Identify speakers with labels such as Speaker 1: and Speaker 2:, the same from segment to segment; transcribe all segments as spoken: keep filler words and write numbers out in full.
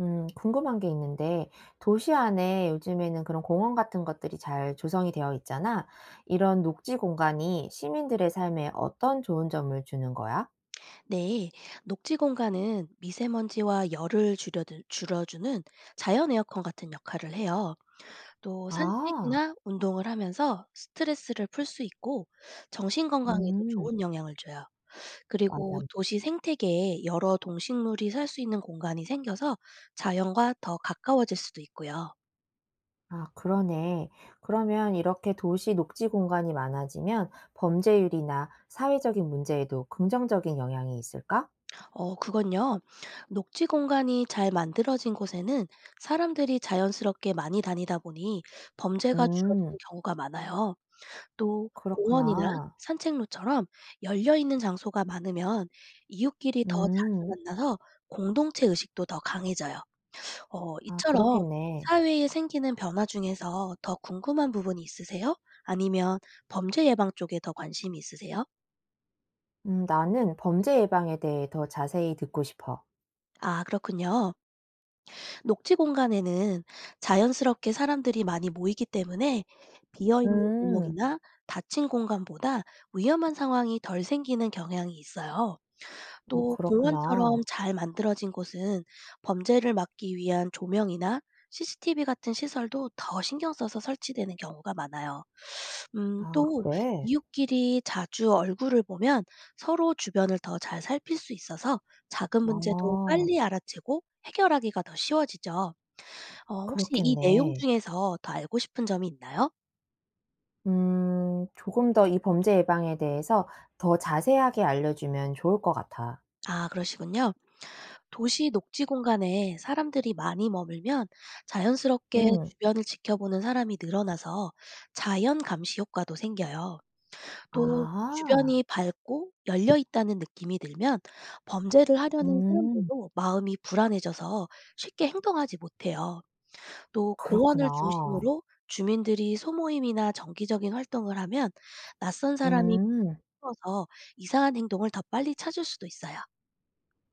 Speaker 1: 음, 궁금한 게 있는데, 도시 안에 요즘에는 그런 공원 같은 것들이 잘 조성이 되어 있잖아. 이런 녹지 공간이 시민들의 삶에 어떤 좋은 점을 주는 거야?
Speaker 2: 네, 녹지 공간은 미세먼지와 열을 줄여, 줄여주는 자연 에어컨 같은 역할을 해요. 또
Speaker 1: 아,
Speaker 2: 산책이나 운동을 하면서 스트레스를 풀 수 있고 정신 건강에도
Speaker 1: 음,
Speaker 2: 좋은 영향을 줘요.
Speaker 1: 맞아.
Speaker 2: 그리고 도시 생태계에 여러 동식물이 살 수 있는 공간이 생겨서 자연과 더 가까워질 수도 있고요.
Speaker 1: 아, 그러네. 그러면 이렇게 도시 녹지 공간이 많아지면 범죄율이나 사회적인 문제에도 긍정적인 영향이 있을까?
Speaker 2: 어, 그건요. 녹지 공간이 잘 만들어진 곳에는 사람들이 자연스럽게 많이 다니다 보니 범죄가
Speaker 1: 음,
Speaker 2: 줄어드는 경우가 많아요. 또 공원이나
Speaker 1: 그렇구나.
Speaker 2: 산책로처럼 열려 있는 장소가 많으면 이웃끼리 더 자주
Speaker 1: 음,
Speaker 2: 만나서 공동체 의식도 더 강해져요. 어
Speaker 1: 아,
Speaker 2: 이처럼
Speaker 1: 그렇겠네.
Speaker 2: 사회에 생기는 변화 중에서 더 궁금한 부분이 있으세요? 아니면 범죄 예방 쪽에 더 관심이 있으세요?
Speaker 1: 음, 나는 범죄 예방에 대해 더 자세히 듣고 싶어.
Speaker 2: 아 그렇군요. 녹지 공간에는 자연스럽게 사람들이 많이 모이기 때문에 비어 있는
Speaker 1: 음.
Speaker 2: 골목이나 닫힌 공간보다 위험한 상황이 덜 생기는 경향이 있어요.
Speaker 1: 어
Speaker 2: 또 공원처럼
Speaker 1: 그렇구나.
Speaker 2: 잘 만들어진 곳은 범죄를 막기 위한 조명이나 씨씨티비 같은 시설도 더 신경 써서 설치되는 경우가 많아요. 음,
Speaker 1: 아
Speaker 2: 또
Speaker 1: 그래?
Speaker 2: 이웃끼리 자주 얼굴을 보면 서로 주변을 더 잘 살필 수 있어서 작은 문제도
Speaker 1: 아
Speaker 2: 빨리 알아채고 해결하기가 더 쉬워지죠. 어, 혹시 이 내용
Speaker 1: 그렇겠네.
Speaker 2: 중에서 더 알고 싶은 점이 있나요?
Speaker 1: 음 조금 더 이 범죄 예방에 대해서 더 자세하게 알려주면 좋을 것 같아.
Speaker 2: 아, 그러시군요. 도시 녹지 공간에 사람들이 많이 머물면 자연스럽게
Speaker 1: 음.
Speaker 2: 주변을 지켜보는 사람이 늘어나서 자연 감시 효과도 생겨요. 또
Speaker 1: 아.
Speaker 2: 주변이 밝고 열려 있다는 느낌이 들면 범죄를 하려는
Speaker 1: 음.
Speaker 2: 사람들도 마음이 불안해져서 쉽게 행동하지 못해요. 또 공원을
Speaker 1: 그렇구나.
Speaker 2: 중심으로 주민들이 소모임이나 정기적인 활동을 하면 낯선 사람이
Speaker 1: 음.
Speaker 2: 어서 이상한 행동을 더 빨리 찾을 수도 있어요.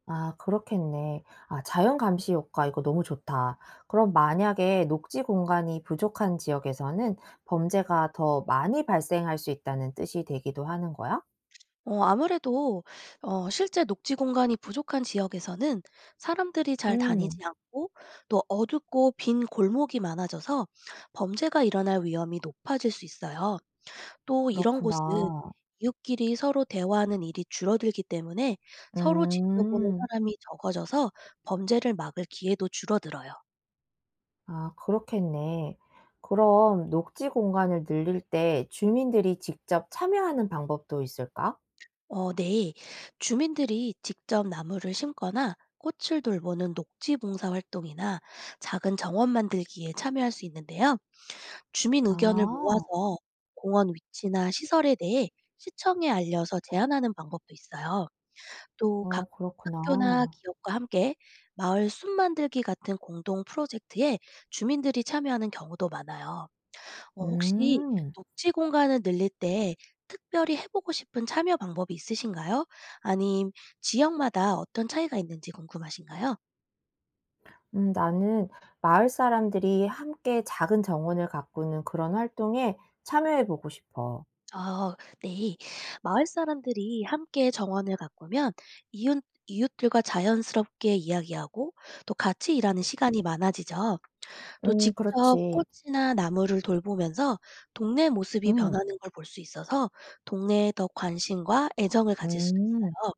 Speaker 1: 아 그렇겠네. 아 자연 감시 효과 이거 너무 좋다. 그럼 만약에 녹지 공간이 부족한 지역에서는 범죄가 더 많이 발생할 수 있다는 뜻이 되기도 하는 거야?
Speaker 2: 어, 아무래도 어, 실제 녹지 공간이 부족한 지역에서는 사람들이 잘
Speaker 1: 음.
Speaker 2: 다니지 않고 또 어둡고 빈 골목이 많아져서 범죄가 일어날 위험이 높아질 수 있어요. 또 이런 곳은
Speaker 1: 그렇구나.
Speaker 2: 이웃끼리 서로 대화하는 일이 줄어들기 때문에 서로 지켜보는
Speaker 1: 음.
Speaker 2: 사람이 적어져서 범죄를 막을 기회도 줄어들어요.
Speaker 1: 아 그렇겠네. 그럼 녹지 공간을 늘릴 때 주민들이 직접 참여하는 방법도 있을까?
Speaker 2: 어, 네. 주민들이 직접 나무를 심거나 꽃을 돌보는 녹지 봉사 활동이나 작은 정원 만들기에 참여할 수 있는데요. 주민 의견을
Speaker 1: 아.
Speaker 2: 모아서 공원 위치나 시설에 대해 시청에 알려서 제안하는 방법도 있어요. 또
Speaker 1: 어
Speaker 2: 각
Speaker 1: 그렇구나.
Speaker 2: 학교나 기업과 함께 마을 숲 만들기 같은 공동 프로젝트에 주민들이 참여하는 경우도 많아요. 어 혹시
Speaker 1: 음.
Speaker 2: 녹지 공간을 늘릴 때 특별히 해 보고 싶은 참여 방법이 있으신가요? 아님 지역마다 어떤 차이가 있는지 궁금하신가요?
Speaker 1: 음 나는 마을 사람들이 함께 작은 정원을 가꾸는 그런 활동에 참여해 보고 싶어.
Speaker 2: 아 네. 마을 사람들이 함께 정원을 가꾸면 이웃 이웃들과 자연스럽게 이야기하고 또 같이 일하는 시간이 많아지죠. 또
Speaker 1: 음
Speaker 2: 직접
Speaker 1: 그렇지.
Speaker 2: 꽃이나 나무를 돌보면서 동네 모습이
Speaker 1: 음.
Speaker 2: 변하는 걸 볼 수 있어서 동네에 더 관심과 애정을 가질 수도
Speaker 1: 음
Speaker 2: 있어요.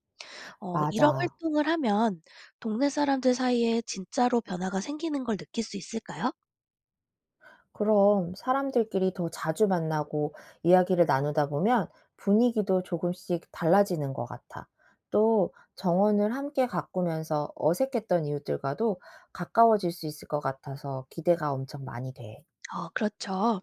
Speaker 2: 어 이런
Speaker 1: 맞아.
Speaker 2: 활동을 하면 동네 사람들 사이에 진짜로 변화가 생기는 걸 느낄 수 있을까요?
Speaker 1: 그럼 사람들끼리 더 자주 만나고 이야기를 나누다 보면 분위기도 조금씩 달라지는 것 같아. 또 정원을 함께 가꾸면서 어색했던 이웃들과도 가까워질 수 있을 것 같아서 기대가 엄청 많이 돼.
Speaker 2: 어, 그렇죠.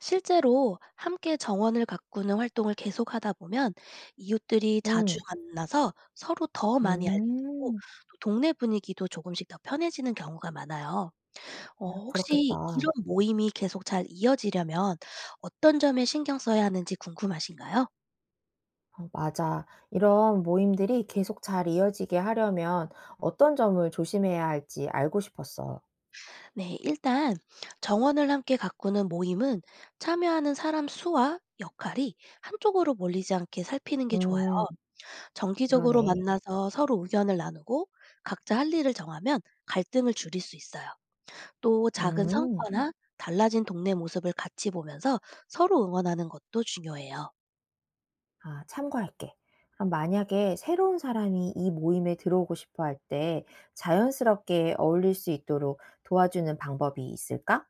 Speaker 2: 실제로 함께 정원을 가꾸는 활동을 계속하다 보면 이웃들이 자주
Speaker 1: 음,
Speaker 2: 만나서 서로 더 많이 알게 되고
Speaker 1: 음,
Speaker 2: 또 동네 분위기도 조금씩 더 편해지는 경우가 많아요.
Speaker 1: 음,
Speaker 2: 어 혹시
Speaker 1: 그렇겠다.
Speaker 2: 이런 모임이 계속 잘 이어지려면 어떤 점에 신경 써야 하는지 궁금하신가요?
Speaker 1: 어, 맞아. 이런 모임들이 계속 잘 이어지게 하려면 어떤 점을 조심해야 할지 알고 싶었어.
Speaker 2: 네, 일단 정원을 함께 가꾸는 모임은 참여하는 사람 수와 역할이 한쪽으로 몰리지 않게 살피는 게 좋아요.
Speaker 1: 음,
Speaker 2: 정기적으로
Speaker 1: 그러네.
Speaker 2: 만나서 서로 의견을 나누고 각자 할 일을 정하면 갈등을 줄일 수 있어요. 또 작은
Speaker 1: 음.
Speaker 2: 성과나 달라진 동네 모습을 같이 보면서 서로 응원하는 것도 중요해요.
Speaker 1: 아, 참고할게. 그럼 만약에 새로운 사람이 이 모임에 들어오고 싶어 할 때 자연스럽게 어울릴 수 있도록 도와주는 방법이 있을까?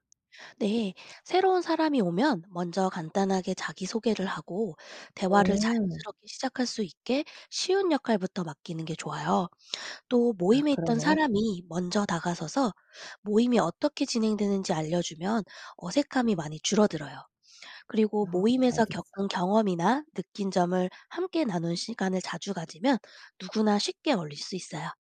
Speaker 2: 네, 새로운 사람이 오면 먼저 간단하게 자기소개를 하고 대화를
Speaker 1: 음.
Speaker 2: 자연스럽게 시작할 수 있게 쉬운 역할부터 맡기는 게 좋아요. 또
Speaker 1: 아,
Speaker 2: 모임에 있던
Speaker 1: 그러네.
Speaker 2: 사람이 먼저 다가서서 모임이 어떻게 진행되는지 알려주면 어색함이 많이 줄어들어요. 그리고
Speaker 1: 아,
Speaker 2: 모임에서
Speaker 1: 알겠어.
Speaker 2: 겪은 경험이나 느낀 점을 함께 나눈 시간을 자주 가지면 누구나 쉽게 어울릴 수 있어요.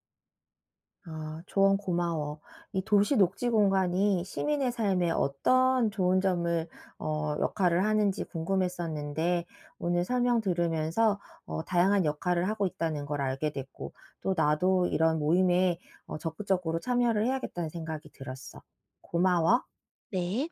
Speaker 1: 아 조언 고마워. 이 도시 녹지 공간이 시민의 삶에 어떤 좋은 점을 어 역할을 하는지 궁금했었는데 오늘 설명 들으면서 어 다양한 역할을 하고 있다는 걸 알게 됐고 또 '나도 이런 모임에 어 적극적으로 참여를 해야겠다.'는 생각이 들었어. 고마워.
Speaker 2: 네.